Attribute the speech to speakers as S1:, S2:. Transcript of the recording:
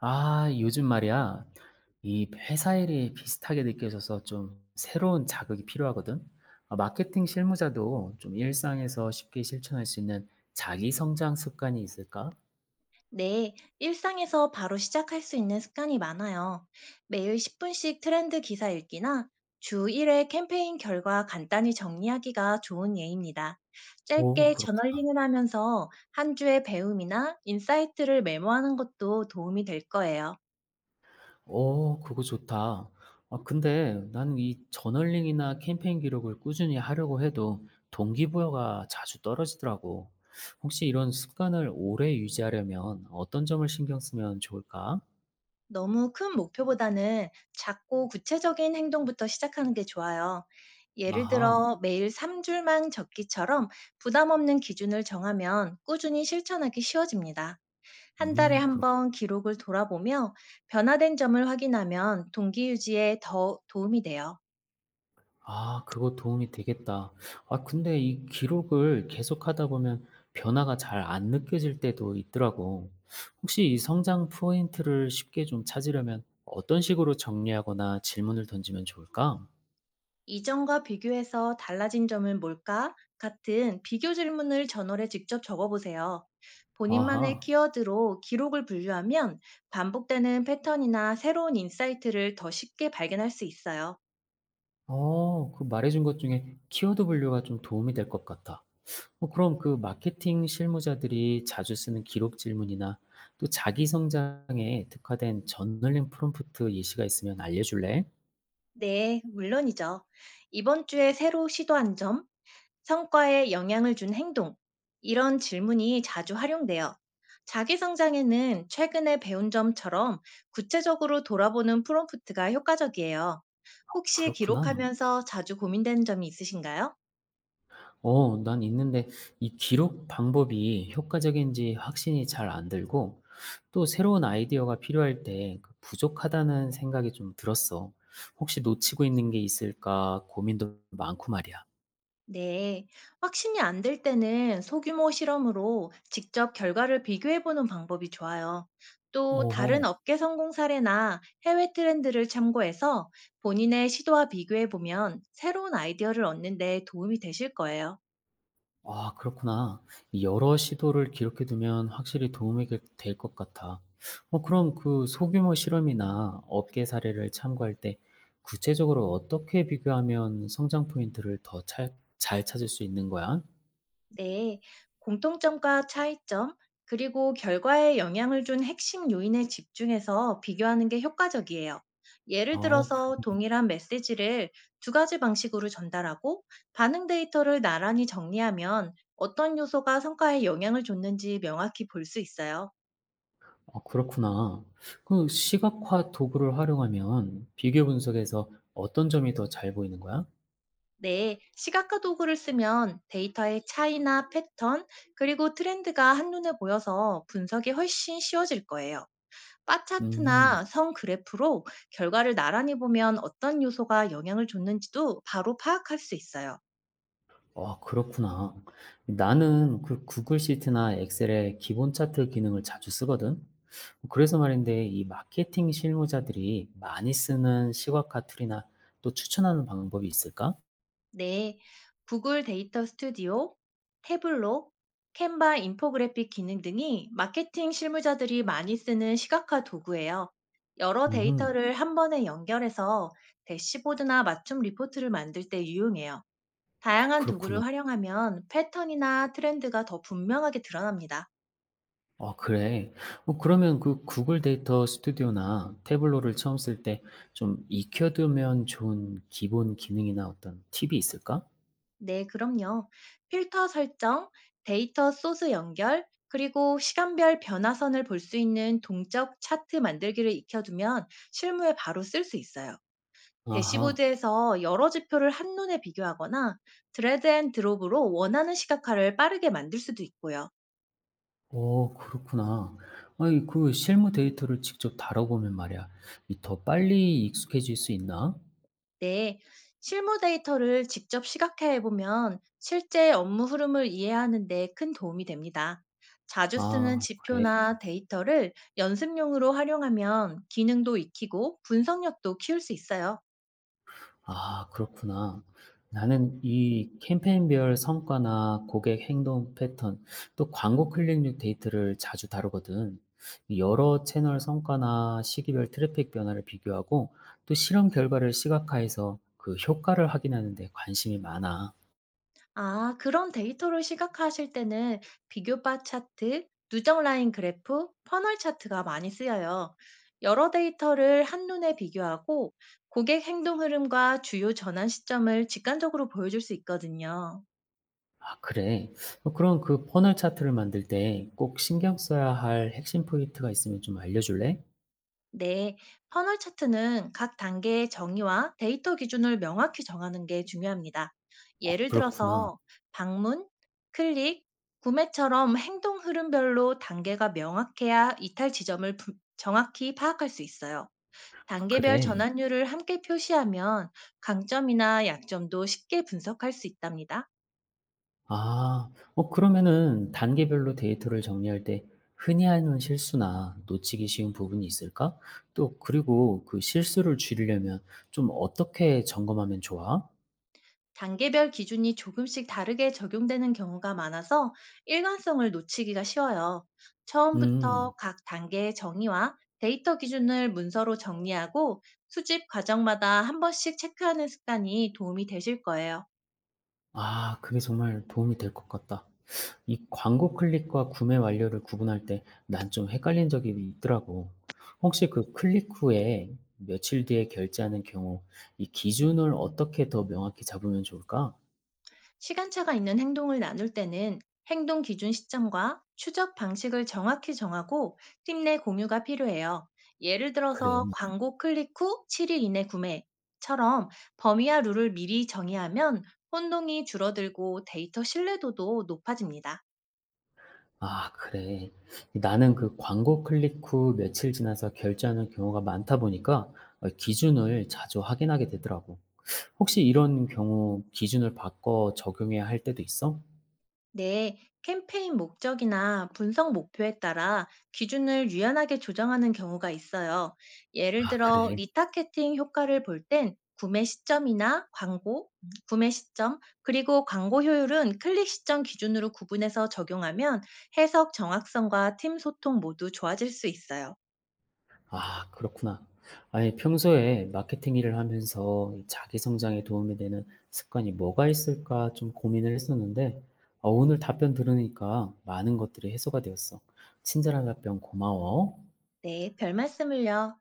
S1: 아, 요즘 말이야. 이 회사 일이 비슷하게 느껴져서 좀 새로운 자극이 필요하거든. 아, 마케팅 실무자도 좀 일상에서 쉽게 실천할 수 있는 자기 성장 습관이 있을까?
S2: 네, 일상에서 바로 시작할 수 있는 습관이 많아요. 매일 10분씩 트렌드 기사 읽기나 주 1회 캠페인 결과 간단히 정리하기가 좋은 예입니다.
S1: 오,
S2: 짧게
S1: 그렇구나.
S2: 저널링을 하면서 한 주의 배움이나 인사이트를 메모하는 것도 도움이 될 거예요.
S1: 오, 그거 좋다. 아, 근데 나는 이 저널링이나 캠페인 기록을 꾸준히 하려고 해도 동기부여가 자주 떨어지더라고. 혹시 이런 습관을 오래 유지하려면 어떤 점을 신경 쓰면 좋을까?
S2: 너무 큰 목표보다는 작고 구체적인 행동부터 시작하는 게 좋아요. 예를
S1: 아하.
S2: 들어 매일 3줄만 적기처럼 부담 없는 기준을 정하면 꾸준히 실천하기 쉬워집니다. 한 달에 한
S1: 그렇구나.
S2: 번 기록을 돌아보며 변화된 점을 확인하면 동기 유지에 더 도움이 돼요.
S1: 아 그거 도움이 되겠다. 아 근데 이 기록을 계속하다 보면 변화가 잘 안 느껴질 때도 있더라고. 혹시 이 성장 포인트를 쉽게 좀 찾으려면 어떤 식으로 정리하거나 질문을 던지면 좋을까?
S2: "이전과 비교해서 달라진 점은 뭘까?" 같은 비교 질문을 저널에 직접 적어 보세요. 본인만의
S1: 아하.
S2: 키워드로 기록을 분류하면 반복되는 패턴이나 새로운 인사이트를 더 쉽게 발견할 수 있어요.
S1: 어, 그 말해준 것 중에 키워드 분류가 좀 도움이 될 것 같아. 어, 그럼 그 마케팅 실무자들이 자주 쓰는 기록 질문이나 또 자기 성장에 특화된 저널링 프롬프트 예시가 있으면 알려줄래?
S2: 네, 물론이죠. "이번 주에 새로 시도한 점, 성과에 영향을 준 행동, 이런 질문이 자주 활용돼요. 자기 성장에는 최근에 배운 점처럼 구체적으로 돌아보는 프롬프트가 효과적이에요. 혹시
S1: 그렇구나.
S2: 기록하면서 자주 고민되는 점이 있으신가요?
S1: 어 난 있는데 이 기록 방법이 효과적인지 확신이 잘 안 들고 또 새로운 아이디어가 필요할 때그 부족하다는 생각이 좀 들었어. 혹시 놓치고 있는 게 있을까 고민도 많고 말이야.
S2: 네, 확신이 안 될 때는 소규모 실험으로 직접 결과를 비교해 보는 방법이 좋아요. 또 다른
S1: 오호.
S2: 업계 성공 사례나 해외 트렌드를 참고해서 본인의 시도와 비교해 보면 새로운 아이디어를 얻는 데 도움이 되실 거예요.
S1: 아, 그렇구나. 이 여러 시도를 기록해 두면 확실히 도움이 그, 될것 같아. 어, 그럼 그 소규모 실험이나 업계 사례를 참고할 때 구체적으로 어떻게 비교하면 성장 포인트를 더 잘 찾을 수 있는 거야?
S2: 네, 공통점과 차이점, 그리고 결과에 영향을 준 핵심 요인에 집중해서 비교하는 게 효과적이에요. 예를
S1: 아
S2: 들어서
S1: 그
S2: 동일한 메시지를 두 가지 방식으로 전달하고 반응 데이터를 나란히 정리하면 어떤 요소가 성과에 영향을 줬는지 명확히 볼 수 있어요.
S1: 아 그렇구나. 그 시각화 도구를 활용하면 비교 분석에서 어떤 점이 더 잘 보이는 거야?
S2: 네, 시각화 도구를 쓰면 데이터의 차이나 패턴, 그리고 트렌드가 한눈에 보여서 분석이 훨씬 쉬워질 거예요. 바
S1: 음.
S2: 차트나 선 그래프로 결과를 나란히 보면 어떤 요소가 영향을 줬는지도 바로 파악할 수 있어요.
S1: 아 그렇구나. 나는 그 구글 시트나 엑셀의 기본 차트 기능을 자주 쓰거든. 그래서 말인데 이 마케팅 실무자들이 많이 쓰는 시각화 툴이나 또 추천하는 방법이 있을까?
S2: 네. 구글 데이터 스튜디오, 태블로, 캔바 인포그래픽 기능 등이 마케팅 실무자들이 많이 쓰는 시각화 도구예요. 여러
S1: 음.
S2: 데이터를 한 번에 연결해서 대시보드나 맞춤 리포트를 만들 때 유용해요.
S1: 어
S2: 다양한 도구를
S1: 그렇구나.
S2: 활용하면 패턴이나 트렌드가 더 분명하게 드러납니다.
S1: 아 그래? 어 그러면 그 구글 데이터 스튜디오나 태블로를 처음 쓸 때 좀 익혀 두면 좋은 기본 기능이나 어떤 팁이 있을까?
S2: 네, 그럼요. 필터 설정, 데이터 소스 연결, 그리고 시간별 변화선을 볼 수 있는 동적 차트 만들기를 익혀두면 실무에 바로 쓸 수 있어요.
S1: 아하.
S2: 대시보드에서 여러 지표를 한눈에 비교하거나 드래그 앤 드롭으로 원하는 시각화를 빠르게 만들 수도 있고요.
S1: 오 그렇구나. 아니 그 실무 데이터를 직접 다뤄 보면 말이야. 이 더 빨리 익숙해질 수 있나?
S2: 네, 실무 데이터를 직접 시각화해 보면 실제 업무 흐름을 이해하는 데 큰 도움이 됩니다. 자주 쓰는
S1: 아 그래.
S2: 지표나 데이터를 연습용으로 활용하면 기능도 익히고 분석력도 키울 수 있어요.
S1: 아 그렇구나. 나는 이 캠페인별 성과나 고객 행동 패턴, 또 광고 클릭률 데이터를 자주 다루거든. 여러 채널 성과나 시기별 트래픽 변화를 비교하고 또 실험 결과를 시각화해서 그 효과를 확인하는 데 관심이 많아.
S2: 아, 그런 데이터를 시각화하실 때는 비교바 차트, 누적 라인 그래프, 퍼널 차트가 많이 쓰여요. 여러 데이터를 한눈에 비교하고 고객 행동 흐름과 주요 전환 시점을 직관적으로 보여줄 수 있거든요.
S1: 아, 그래. 어, 그럼 그 퍼널 차트를 만들 때 꼭 신경 써야 할 핵심 포인트가 있으면 좀 알려줄래?
S2: 네, 퍼널 차트는 각 단계의 정의와 데이터 기준을 명확히 정하는 게 중요합니다.
S1: 어,
S2: 예를
S1: 그렇구나.
S2: 들어서 방문, 클릭, 구매처럼 행동 흐름별로 단계가 명확해야 이탈 지점을 정확히 파악할 수 있어요. 단계별
S1: 그래.
S2: 전환율을 함께 표시하면 강점이나 약점도 쉽게 분석할 수 있답니다.
S1: 아. 어 그러면은 단계별로 데이터를 정리할 때 흔히 하는 실수나 놓치기 쉬운 부분이 있을까? 또 그리고 그 실수를 줄이려면 좀 어떻게 점검하면 좋아?
S2: 단계별 기준이 조금씩 다르게 적용되는 경우가 많아서 일관성을 놓치기가 쉬워요.
S1: 음.
S2: 처음부터 각 단계의 정의와 데이터 기준을 문서로 정리하고 수집 과정마다 한 번씩 체크하는 습관이 도움이 되실 거예요.
S1: 아 그게 정말 도움이 될 것 같다. 이 광고 클릭과 구매 완료를 구분할 때 난 좀 헷갈린 적이 있더라고. 혹시 그 클릭 후에 며칠 뒤에 결제하는 경우 이 기준을 어떻게 더 명확히 잡으면 좋을까?
S2: 시간차가 있는 행동을 나눌 때는 행동 기준 시점과 추적 방식을 정확히 정하고 팀 내 공유가 필요해요. 예를
S1: 그래.
S2: 들어서 광고 클릭 후 7일 이내 구매처럼 범위와 룰을 미리 정의하면 혼동이 줄어들고 데이터 신뢰도도 높아집니다.
S1: 아 그래. 나는 그 광고 클릭 후 며칠 지나서 결제하는 경우가 많다 보니까 어, 기준을 자주 확인하게 되더라고. 혹시 이런 경우 기준을 바꿔 적용해야 할 때도 있어?
S2: 네, 캠페인 목적이나 분석 목표에 따라 기준을 유연하게 조정하는 경우가 있어요. 예를
S1: 아
S2: 들어,
S1: 그래.
S2: 리타케팅 효과를 볼 땐 구매 시점이나 광고, 구매 시점, 그리고 광고 효율은 클릭 시점 기준으로 구분해서 적용하면 해석 정확성과 팀 소통 모두 좋아질 수 있어요.
S1: 아 그렇구나. 아니 평소에 마케팅 일을 하면서 이 자기 성장에 도움이 되는 습관이 뭐가 있을까 좀 고민을 했었는데 어, 오늘 답변 들으니까 많은 것들이 해소가 되었어. 친절한 답변 고마워.
S2: 네, 별 말씀을요.